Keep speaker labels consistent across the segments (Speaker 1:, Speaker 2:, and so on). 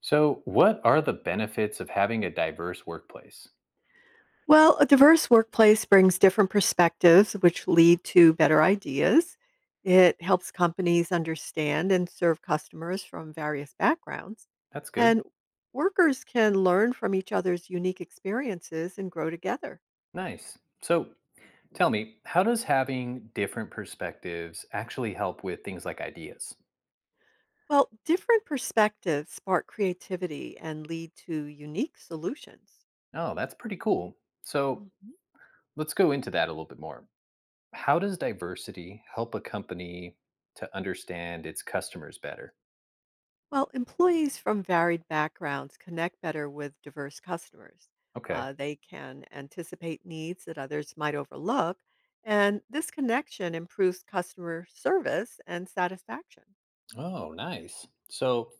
Speaker 1: So, what are the benefits of having a diverse workplace?
Speaker 2: Well, a diverse workplace brings different perspectives, which lead to better ideas. It helps companies understand and serve customers from various backgrounds.
Speaker 1: That's good.
Speaker 2: And workers can learn from each other's unique experiences and grow together.
Speaker 1: Nice. So, tell me, how does having different perspectives actually help with things like ideas?
Speaker 2: Well, different perspectives spark creativity and lead to unique solutions.
Speaker 1: Oh, that's pretty cool. So,
Speaker 2: Mhm.
Speaker 1: let's go into that a little bit more. How does diversity help a company to understand its customers better?
Speaker 2: Well, employees from varied backgrounds connect better with diverse customers.
Speaker 1: Okay.
Speaker 2: They can anticipate needs that others might overlook, and this connection improves customer service and satisfaction.
Speaker 1: Oh, nice. So,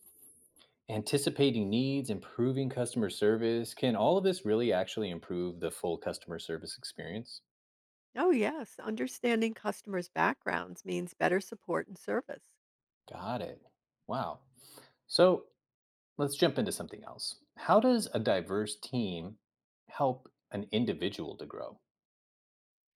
Speaker 1: anticipating needs, improving customer service, can all of this really actually improve the full customer service experience?
Speaker 2: Oh, yes, understanding customers' backgrounds means better support and service.
Speaker 1: Got it. Wow. So let's jump into something else. How does a diverse team help an individual to grow?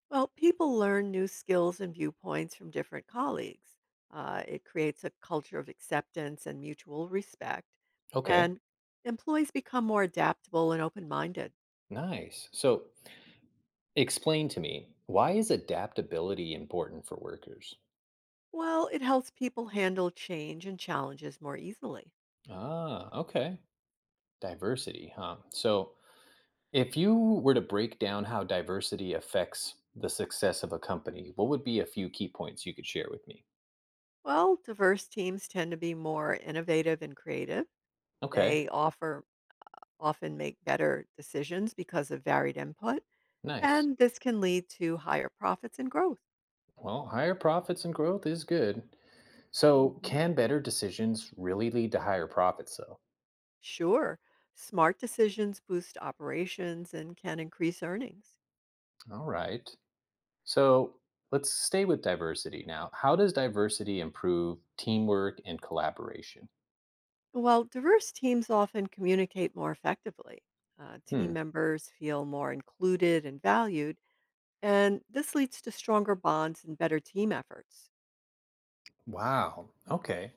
Speaker 2: Well, people learn new skills and viewpoints from different colleagues. It creates a culture of acceptance and mutual respect,
Speaker 1: Okay,
Speaker 2: and employees become more adaptable and open minded.
Speaker 1: nice. So explain to me why is adaptability important for workers?
Speaker 2: Well, it helps people handle change and challenges more easily.
Speaker 1: Ah, okay. Diversity, huh? So if you were to break down how diversity affects the success of a company, what would be a few key points you could share with me?
Speaker 2: Well, diverse teams tend to be more innovative and creative.
Speaker 1: Okay,
Speaker 2: They offer often make better decisions because of varied input,
Speaker 1: nice.
Speaker 2: and this can lead to higher profits and growth.
Speaker 1: Well, higher profits and growth is good. So,
Speaker 2: hmm
Speaker 1: can better decisions really lead to higher profits, though?
Speaker 2: Sure, smart decisions boost operations and can increase earnings.
Speaker 1: All right. So, let's stay with diversity now. How does diversity improve teamwork and collaboration?
Speaker 2: While diverse teams often communicate more effectively,
Speaker 1: Hmm.
Speaker 2: team members feel more included and valued, and this leads to stronger bonds and better team efforts.
Speaker 1: Wow. Okay.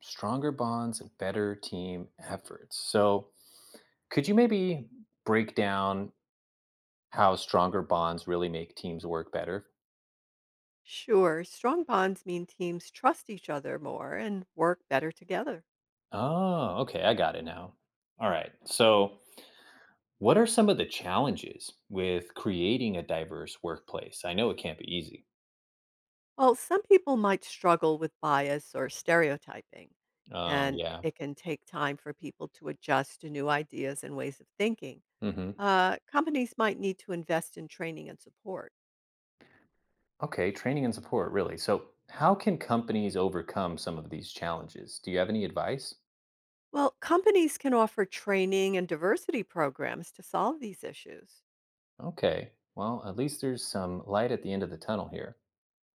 Speaker 1: Stronger bonds and better team efforts. So, could you maybe break down how stronger bonds really make teams work better?
Speaker 2: Sure, strong bonds mean teams trust each other more and work better together.
Speaker 1: Oh, okay. I got it now. All right. So, what are some of the challenges with creating a diverse workplace? I know it can't be easy.
Speaker 2: Well, some people might struggle with bias or stereotyping,
Speaker 1: Oh,
Speaker 2: and
Speaker 1: yeah.
Speaker 2: it can take time for people to adjust to new ideas and ways of thinking.
Speaker 1: hmm
Speaker 2: Companies might need to invest in training and support.
Speaker 1: Okay, training and support, really. So, how can companies overcome some of these challenges? Do you have any advice?
Speaker 2: Well, companies can offer training and diversity programs to solve these issues.
Speaker 1: Okay, well, at least there's some light at the end of the tunnel here.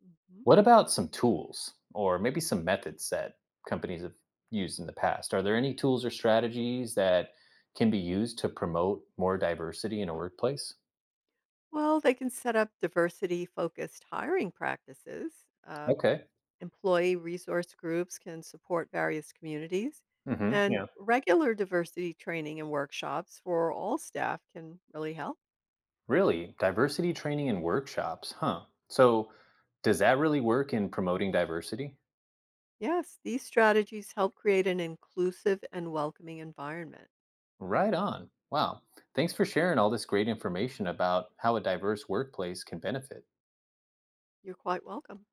Speaker 2: Mhm.
Speaker 1: What about some tools or maybe some methods that companies have used in the past? Are there any tools or strategies that can be used to promote more diversity in a workplace?
Speaker 2: Well, they can set up diversity focused hiring practices. Uh,
Speaker 1: Okay.
Speaker 2: Employee resource groups can support various communities,
Speaker 1: Hmm.
Speaker 2: and
Speaker 1: Yeah.
Speaker 2: regular diversity training and workshops for all staff can really help.
Speaker 1: Really? Diversity training and workshops, huh? So, does that really work in promoting diversity?
Speaker 2: Yes, these strategies help create an inclusive and welcoming environment.
Speaker 1: Right on. Wow. Thanks for sharing all this great information about how a diverse workplace can benefit.
Speaker 2: You're quite welcome.